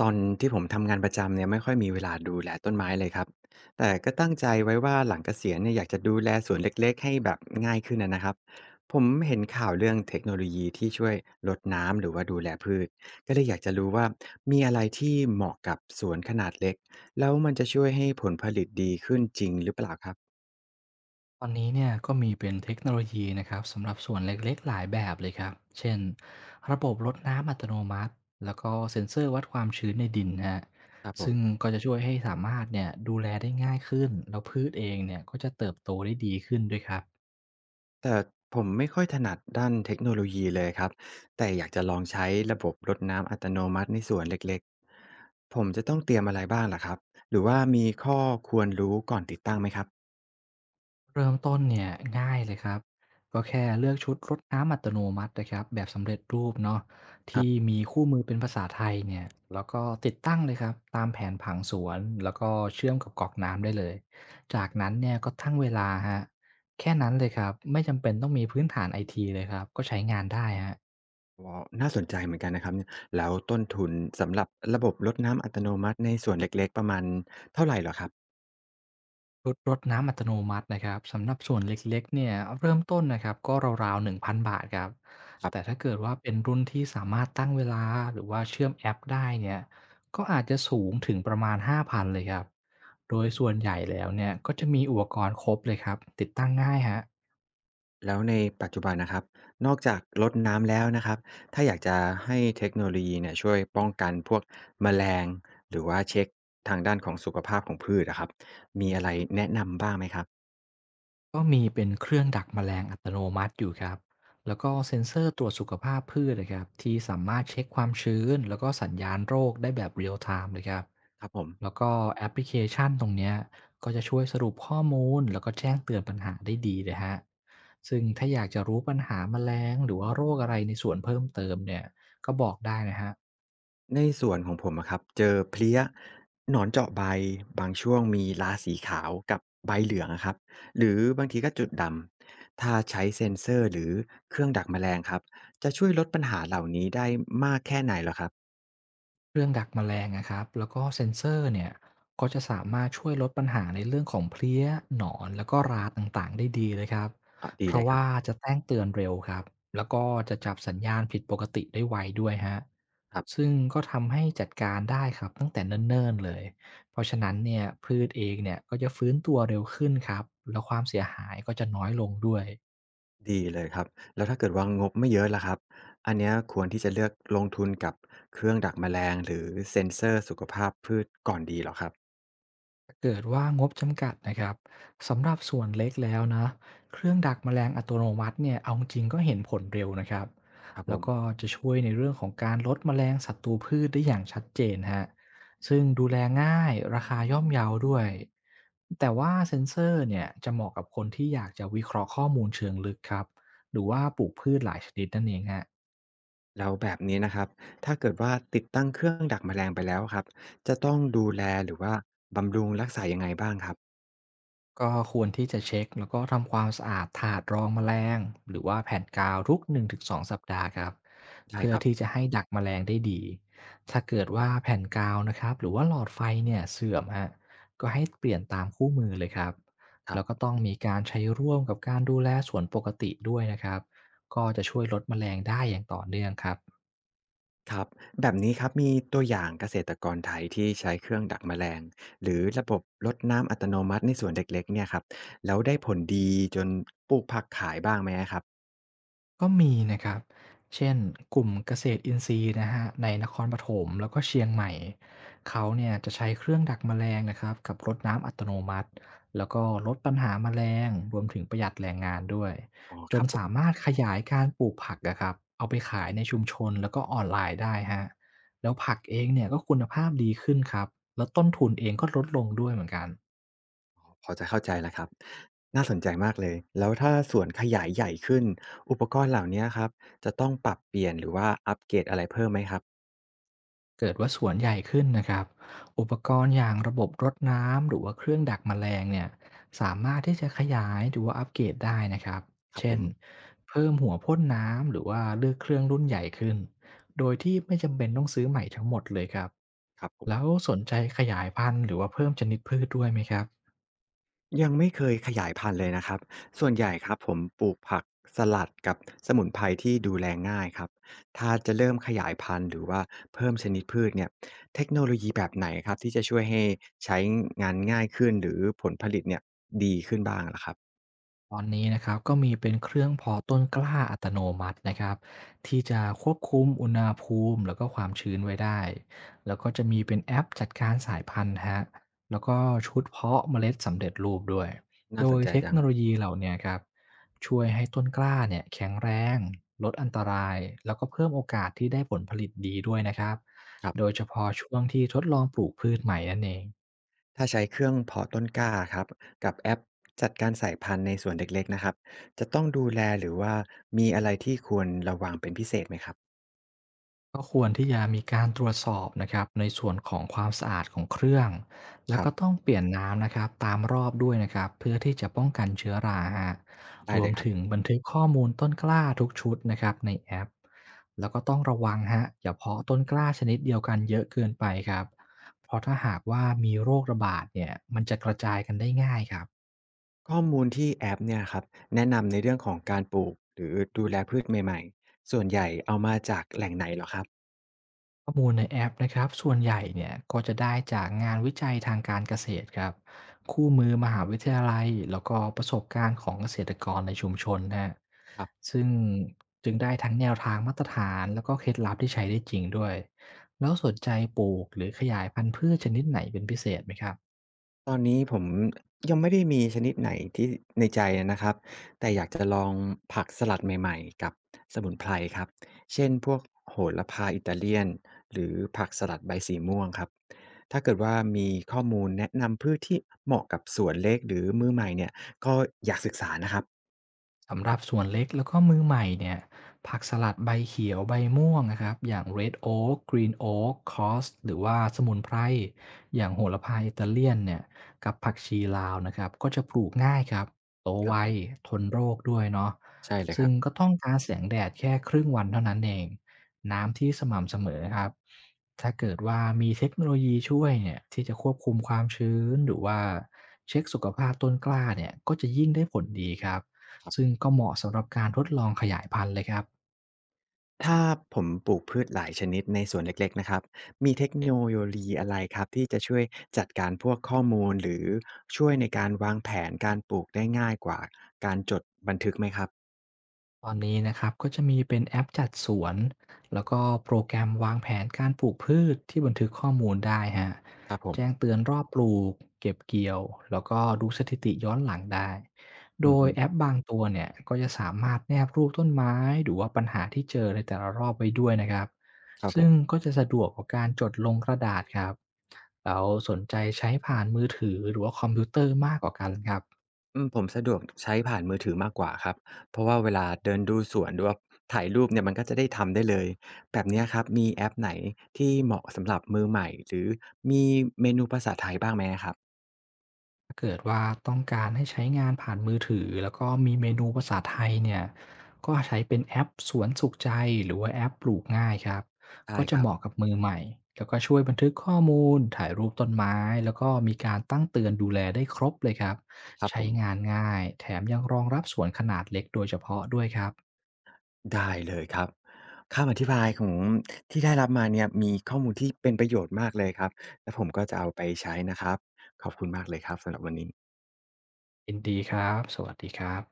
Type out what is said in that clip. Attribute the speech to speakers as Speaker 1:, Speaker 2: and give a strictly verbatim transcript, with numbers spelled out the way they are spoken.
Speaker 1: ตอนที่ผมทำงานประจำเนี่ยไม่ค่อยมีเวลาดูแลต้นไม้เลยครับแต่ก็ตั้งใจไว้ว่าหลังเกษียณเนี่ยอยากจะดูแลสวนเล็กๆให้แบบง่ายขึ้นนะนะครับผมเห็นข่าวเรื่องเทคโนโลยีที่ช่วยลดน้ำหรือว่าดูแลพืชก็เลยอยากจะรู้ว่ามีอะไรที่เหมาะกับสวนขนาดเล็กแล้วมันจะช่วยให้ผลผลิตดีขึ้นจริงหรือเปล่าครับ
Speaker 2: ตอนนี้เนี่ยก็มีเป็นเทคโนโลยีนะครับสำหรับส่วนเล็กๆหลายแบบเลยครับเช่นระบบรดน้ำอัตโนมัติแล้วก็เซ็นเซอร์วัดความชื้นในดินฮะ
Speaker 1: ครับผ
Speaker 2: ซึ่ง
Speaker 1: ม
Speaker 2: ก็จะช่วยให้สามารถเนี่ยดูแลได้ง่ายขึ้นแล้วพืชเองเนี่ยก็จะเติบโตได้ดีขึ้นด้วยครับ
Speaker 1: แต่ผมไม่ค่อยถนัดด้านเทคโนโลยีเลยครับแต่อยากจะลองใช้ระบบรดน้ำอัตโนมัติในสวนเล็กๆผมจะต้องเตรียมอะไรบ้างล่ะครับหรือว่ามีข้อควรรู้ก่อนติดตั้งไหมครับ
Speaker 2: เริ่มต้นเนี่ยง่ายเลยครับก็แค่เลือกชุดรดน้ำอัตโนมัตินะครับแบบสำเร็จรูปเนาะ
Speaker 1: ครั
Speaker 2: ที่
Speaker 1: บ
Speaker 2: มีคู่มือเป็นภาษาไทยเนี่ยแล้วก็ติดตั้งเลยครับตามแผนผังสวนแล้วก็เชื่อมกับก๊อกน้ำได้เลยจากนั้นเนี่ยก็ตั้งเวลาฮะแค่นั้นเลยครับไม่จำเป็นต้องมีพื้นฐานไอทีเลยครับก็ใช้งานได้ฮะ
Speaker 1: อ๋อน่าสนใจเหมือนกันนะครับเนี่ยแล้วต้นทุนสำหรับระบบรดน้ำอัตโนมัติในสวนเล็กๆประมาณเท่าไหร่เหรอครับ
Speaker 2: ชุดรดน้ำอัตโนมัตินะครับสำหรับส่วนเล็กๆเนี่ยเริ่มต้นนะครับก็ราวๆหนึ่งพันบาทครับ
Speaker 1: ครั
Speaker 2: แต่
Speaker 1: บ
Speaker 2: ถ้าเกิดว่าเป็นรุ่นที่สามารถตั้งเวลาหรือว่าเชื่อมแอปได้เนี่ยก็อาจจะสูงถึงประมาณห้าพันเลยครับโดยส่วนใหญ่แล้วเนี่ยก็จะมีอุปกรณ์ครบเลยครับติดตั้งง่ายฮะ
Speaker 1: แล้วในปัจจุบันนะครับนอกจากรดน้ำแล้วนะครับถ้าอยากจะให้เทคโนโลยีเนี่ยช่วยป้องกันพวกแมลงหรือว่าเช็คทางด้านของสุขภาพของพืชอะครับมีอะไรแนะนำบ้างไหมครับ
Speaker 2: ก็มีเป็นเครื่องดักแมลงอัตโนมัติอยู่ครับ แล้วก็เซ็นเซอร์ตรวจสุขภาพพืชนะครับที่สามารถเช็คความชื้นแล้วก็สัญญาณโรคได้แบบเรียลไทม์เลยครับ
Speaker 1: ครับผม
Speaker 2: แล้วก็แอปพลิเคชันตรงเนี้ยก็จะช่วยสรุปข้อมูลแล้วก็แจ้งเตือนปัญหาได้ดีเลยฮะซึ่งถ้าอยากจะรู้ปัญหาแมลงหรือว่าโรคอะไรในสวนเพิ่มเติมเนี่ยก็บอกได้นะฮะ
Speaker 1: ในส่วนของผมอะครับเจอเพลี้ยหนอนเจาะใบบางช่วงมีราสีขาวกับใบเหลืองอะครับหรือบางทีก็จุดดำถ้าใช้เซ็นเซอร์หรือเครื่องดักแมลงครับจะช่วยลดปัญหาเหล่านี้ได้มากแค่ไหนเหรอครับ
Speaker 2: เครื่องดักแมลงนะครับแล้วก็เซ็นเซอร์เนี่ยก็จะสามารถช่วยลดปัญหาในเรื่องของเพลี้ยหนอนแล้วก็ราต่างๆได้ดีเลยครับ
Speaker 1: อาดี
Speaker 2: เพ
Speaker 1: เล
Speaker 2: ราะ
Speaker 1: ยครับ
Speaker 2: ว่าจะแจ้งเตือนเร็วครับแล้วก็จะจับสัญญาณผิดปกติได้ไวด้วยฮะ
Speaker 1: ครับ
Speaker 2: ซึ่งก็ทำให้จัดการได้ครับตั้งแต่เนิ่นๆเลยเพราะฉะนั้นเนี่ยพืชเองเนี่ยก็จะฟื้นตัวเร็วขึ้นครับแล้วความเสียหายก็จะน้อยลงด้วย
Speaker 1: ดีเลยครับแล้วถ้าเกิดว่างบไม่เยอะล่ะครับอันเนี้ยควรที่จะเลือกลงทุนกับเครื่องดักแมลงหรือเซ็นเซอร์สุขภาพพืชก่อนดีเหรอครับ
Speaker 2: เกิดว่างบจำกัดนะครับสำหรับส่วนเล็กแล้วนะเครื่องดักแมลงอัตโนมัติเนี่ยเอาจริงก็เห็นผลเร็วนะครับ
Speaker 1: ครับผ
Speaker 2: แล้วก็
Speaker 1: ม
Speaker 2: จะช่วยในเรื่องของการลดแมลงศัตรูพืชได้อย่างชัดเจนฮะซึ่งดูแลง่ายราคาย่อมเยาด้วยแต่ว่าเซ็นเซอร์เนี่ยจะเหมาะกับคนที่อยากจะวิเคราะห์ข้อมูลเชิงลึกครับหรือว่าปลูกพืชหลายชนิดนั่นเองฮะ
Speaker 1: แล้วแบบนี้นะครับถ้าเกิดว่าติดตั้งเครื่องดักแมลงไปแล้วครับจะต้องดูแลหรือว่าบำรุงรักษายังไงบ้างครับ
Speaker 2: ก็ควรที่จะเช็คแล้วก็ทำความสะอาดถาดรองแมลงหรือว่าแผ่นกาวทุกหนึ่งถึงสองสองสัปดาห์ครับ
Speaker 1: ได้
Speaker 2: เพื่อ
Speaker 1: ครับ
Speaker 2: ที่จะให้ดักแมลงได้ดีถ้าเกิดว่าแผ่นกาวนะครับหรือว่าหลอดไฟเนี่ยเสื่อมฮะก็ให้เปลี่ยนตามคู่มือเลยครับ
Speaker 1: ครั
Speaker 2: แล้วก็
Speaker 1: บ
Speaker 2: ต้องมีการใช้ร่วมกับการดูแลสวนปกติด้วยนะครับก็จะช่วยลดแมลงได้อย่างต่อเนื่องครับ
Speaker 1: ครับแบบนี้ครับมีตัวอย่างเกษตรกรไทยที่ใช้เครื่องดักแมลงหรือระบบรดน้ำอัตโนมัติในสวนเล็กๆเนี่ยครับแล้วได้ผลดีจนปลูกผักขายบ้างไหมครับ
Speaker 2: ก็มีนะครับ เช่นกลุ่มเกษตรอินทรีย์นะฮะในนครปฐมแล้วก็เชียงใหม่ เขาเนี่ยจะใช้เครื่องดักแมลงนะครับกับรถน้ำอัตโนมัติแล้วก็ลดปัญหาแมลงรวมถึงประหยัดแรงงานด้วย
Speaker 1: อ๋อ
Speaker 2: จ
Speaker 1: ค
Speaker 2: น
Speaker 1: รับผม
Speaker 2: สามารถขยายการปลูกผักนะครับเอาไปขายในชุมชนแล้วก็ออนไลน์ได้ฮะแล้วผักเองเนี่ยก็คุณภาพดีขึ้นครับแล้วต้นทุนเองก็ลดลงด้วยเหมือนกัน
Speaker 1: พอจะเข้าใจแล้วครับน่าสนใจมากเลยแล้วถ้าสวนขยายใหญ่ขึ้นอุปกรณ์เหล่าเนี้ยครับจะต้องปรับเปลี่ยนหรือว่าอัปเกรดอะไรเพิ่มไหมครับ
Speaker 2: เกิดว่าสวนใหญ่ขึ้นนะครับ อุปกรณ์อย่างระบบรดน้ำหรือว่าเครื่องดักแมลงเนี่ยสามารถที่จะขยายหรือว่าอัปเกรดได้นะครับ
Speaker 1: ครับ
Speaker 2: เช่
Speaker 1: ผ
Speaker 2: น
Speaker 1: ม
Speaker 2: เพิ่มหัวพ่นน้ำหรือว่าเลือกเครื่องรุ่นใหญ่ขึ้น โดยที่ไม่จำเป็นต้องซื้อใหม่ทั้งหมดเลยครับ
Speaker 1: ครับผ
Speaker 2: แล้ว
Speaker 1: ม
Speaker 2: สนใจขยายพันธุ์หรือว่าเพิ่มชนิดพืชด้วยไหมครับ
Speaker 1: ยังไม่เคยขยายพันธุ์เลยนะครับส่วนใหญ่ครับผมปลูกผักสลัดกับสมุนไพรที่ดูแลง่ายครับถ้าจะเริ่มขยายพันธุ์หรือว่าเพิ่มชนิดพืชเนี่ยเทคโนโลยีแบบไหนครับที่จะช่วยให้ใช้งานง่ายขึ้นหรือผลผลิตเนี่ยดีขึ้นบ้างล่ะครับ
Speaker 2: ตอนนี้นะครับก็มีเป็นเครื่องเพาะต้นกล้าอัตโนมัตินะครับที่จะควบคุมอุณหภูมิแล้วก็ความชื้นไว้ได้แล้วก็จะมีเป็นแอปจัดการสายพันธุ์ฮะแล้วก็ชุดเพาะเมล็ดสำเร็จรูปด้วย
Speaker 1: น่า
Speaker 2: โด
Speaker 1: สน
Speaker 2: ย
Speaker 1: ใจ
Speaker 2: เทค
Speaker 1: จั
Speaker 2: โน
Speaker 1: ง
Speaker 2: โลยีเหล่าเนี้ครับช่วยให้ต้นกล้าเนี่ยแข็งแรงลดอันตรายแล้วก็เพิ่มโอกาสที่ได้ผลผลิตดีด้วยนะครับ
Speaker 1: ครับ
Speaker 2: โดยเฉพาะช่วงที่ทดลองปลูกพืชใหม่นั่นเอง
Speaker 1: ถ้าใช้เครื่องเพาะต้นกล้าครับกับแอปจัดการสายพันธุ์ในส่วนเล็กๆนะครับจะต้องดูแลหรือว่ามีอะไรที่ควรระวังเป็นพิเศษไหมครับ
Speaker 2: ก็ควรที่จะมีการตรวจสอบนะครับในส่วนของความสะอาดของเครื่องแล้
Speaker 1: ค
Speaker 2: ว
Speaker 1: รั
Speaker 2: ก็ต้
Speaker 1: บ
Speaker 2: องเปลี่ยนน้ำนะครับตามรอบด้วยนะครับเพื่อที่จะป้องกันเชื้อราฮะ
Speaker 1: ได้
Speaker 2: รว
Speaker 1: เล
Speaker 2: ม
Speaker 1: ยครับ
Speaker 2: ถึงบันทึกข้อมูลต้นกล้าทุกชุดนะครับในแอปแล้วก็ต้องระวังฮะอย่าเพาะต้นกล้าชนิดเดียวกันเยอะเกินไปครับเพราะถ้าหากว่ามีโรคระบาดเนี่ยมันจะกระจายกันได้ง่ายครับ
Speaker 1: ข้อมูลที่แอปเนี่ยครับแนะนำในเรื่องของการปลูกหรือดูแลพืชใหม่ๆส่วนใหญ่เอามาจากแหล่งไหนเหรอ
Speaker 2: ข้อมูลในแอปนะครับส่วนใหญ่เนี่ยก็จะได้จากงานวิจัยทางการเกษตรครับคู่มือมหาวิทยาลัยแล้วก็ประสบการณ์ของเกษตรกรในชุมชนนะฮะ
Speaker 1: ครับ
Speaker 2: ซึ่งจึงได้ทั้งแนวทางมาตรฐานแล้วก็เคล็ดลับที่ใช้ได้จริงด้วยแล้วสนใจปลูกหรือขยายพันธุ์พืชชนิดไหนเป็นพิเศษไหมครับ
Speaker 1: ตอนนี้ผมยังไม่ได้มีชนิดไหนที่ในใจนะครับแต่อยากจะลองผักสลัดใหม่ๆกับสมุนไพรครับเช่นพวกโหระพาอิตาเลียนหรือผักสลัดใบสีม่วงครับถ้าเกิดว่ามีข้อมูลแนะนำพืชที่เหมาะกับสวนเล็กหรือมือใหม่เนี่ยก็อยากศึกษานะครับ
Speaker 2: สำหรับส่วนเล็กแล้วก็มือใหม่เนี่ยผักสลัดใบเขียวใบม่วงนะครับอย่าง เรด โอ๊ค กรีน โอ๊ค คอสหรือว่าสมุนไพรอย่างโหระพาอิตาเลียนเนี่ยกับผักชีลาวนะครับก็จะปลูกง่ายครับโต
Speaker 1: ครั
Speaker 2: ไว
Speaker 1: บผม
Speaker 2: ทนโรคด้วยเนาะ
Speaker 1: ใช่เลยค
Speaker 2: ซึ่ง
Speaker 1: รับ
Speaker 2: ก็ต้องการแสงแดดแค่ครึ่งวันเท่านั้นเองน้ำที่สม่ำเสมอครับถ้าเกิดว่ามีเทคโนโลยีช่วยเนี่ยที่จะควบคุมความชื้นหรือว่าเช็คสุขภาพต้นกล้าเนี่ยก็จะยิ่งได้ผลดีครับ ซึ่งก็เหมาะสำหรับการทดลองขยายพันธุ์เลยครับ
Speaker 1: ถ้าผมปลูกพืชหลายชนิดในสวนเล็กๆนะครับมีเทคโนโลยีอะไรครับที่จะช่วยจัดการพวกข้อมูลหรือช่วยในการวางแผนการปลูกได้ง่ายกว่าการจดบันทึกไหมครับ
Speaker 2: ตอนนี้นะครับก็จะมีเป็นแอปจัดสวน แล้วก็โปรแกรมวางแผนการปลูกพืชที่บันทึกข้อมูลได้ฮะ
Speaker 1: ครับผ
Speaker 2: แจ้ง
Speaker 1: ม
Speaker 2: เตือนรอบปลูกเก็บเกี่ยว แล้วก็ดูสถิติย้อนหลังได้ โด
Speaker 1: อือ
Speaker 2: ย
Speaker 1: ฮึ
Speaker 2: แอปบางตัวเนี่ยก็จะสามารถแนบรูปต้นไม้ หรือว่าปัญหาที่เจอในแต่ละรอบไว้ด้วยนะครับ
Speaker 1: ครับผ
Speaker 2: ซึ่ง
Speaker 1: ม
Speaker 2: ก็จะสะดวกกว่าการจดลงกระดาษครับเราสนใจใช้ผ่านมือถือหรือว่าคอมพิวเตอร์มากกว่ากันครับ
Speaker 1: อืมผมสะดวกใช้ผ่านมือถือมากกว่าครับเพราะว่าเวลาเดินดูสวนหรือว่าถ่ายรูปเนี่ยมันก็จะได้ทำได้เลยแบบเนี้ยครับมีแอปไหนที่เหมาะสำหรับมือใหม่หรือมีเมนูภาษาไทยบ้างไหมครับ
Speaker 2: ถ้าเกิดว่าต้องการให้ใช้งานผ่านมือถือแล้วก็มีเมนูภาษาไทยเนี่ยก็ใช้เป็นแอปสวนสุขใจหรือว่าแอปปลูกง่ายครับ
Speaker 1: ใช่
Speaker 2: ก็
Speaker 1: ค
Speaker 2: จะ
Speaker 1: รั
Speaker 2: เห
Speaker 1: บ
Speaker 2: มาะกับมือใหม่แล้วก็ช่วยบันทึกข้อมูลถ่ายรูปต้นไม้แล้วก็มีการตั้งเตือนดูแลได้ครบเลยครับ
Speaker 1: ครับผ
Speaker 2: ใช้งาน
Speaker 1: ม
Speaker 2: ง่ายแถมยังรองรับสวนขนาดเล็กโดยเฉพาะด้วยครับ
Speaker 1: ได้เลยครับคำอธิบายของที่ได้รับมาเนี่ยมีข้อมูลที่เป็นประโยชน์มากเลยครับแล้วผมก็จะเอาไปใช้นะครับขอบคุณมากเลยครับสำหรับวันนี้
Speaker 2: ยินดีครับสวัสดีครับ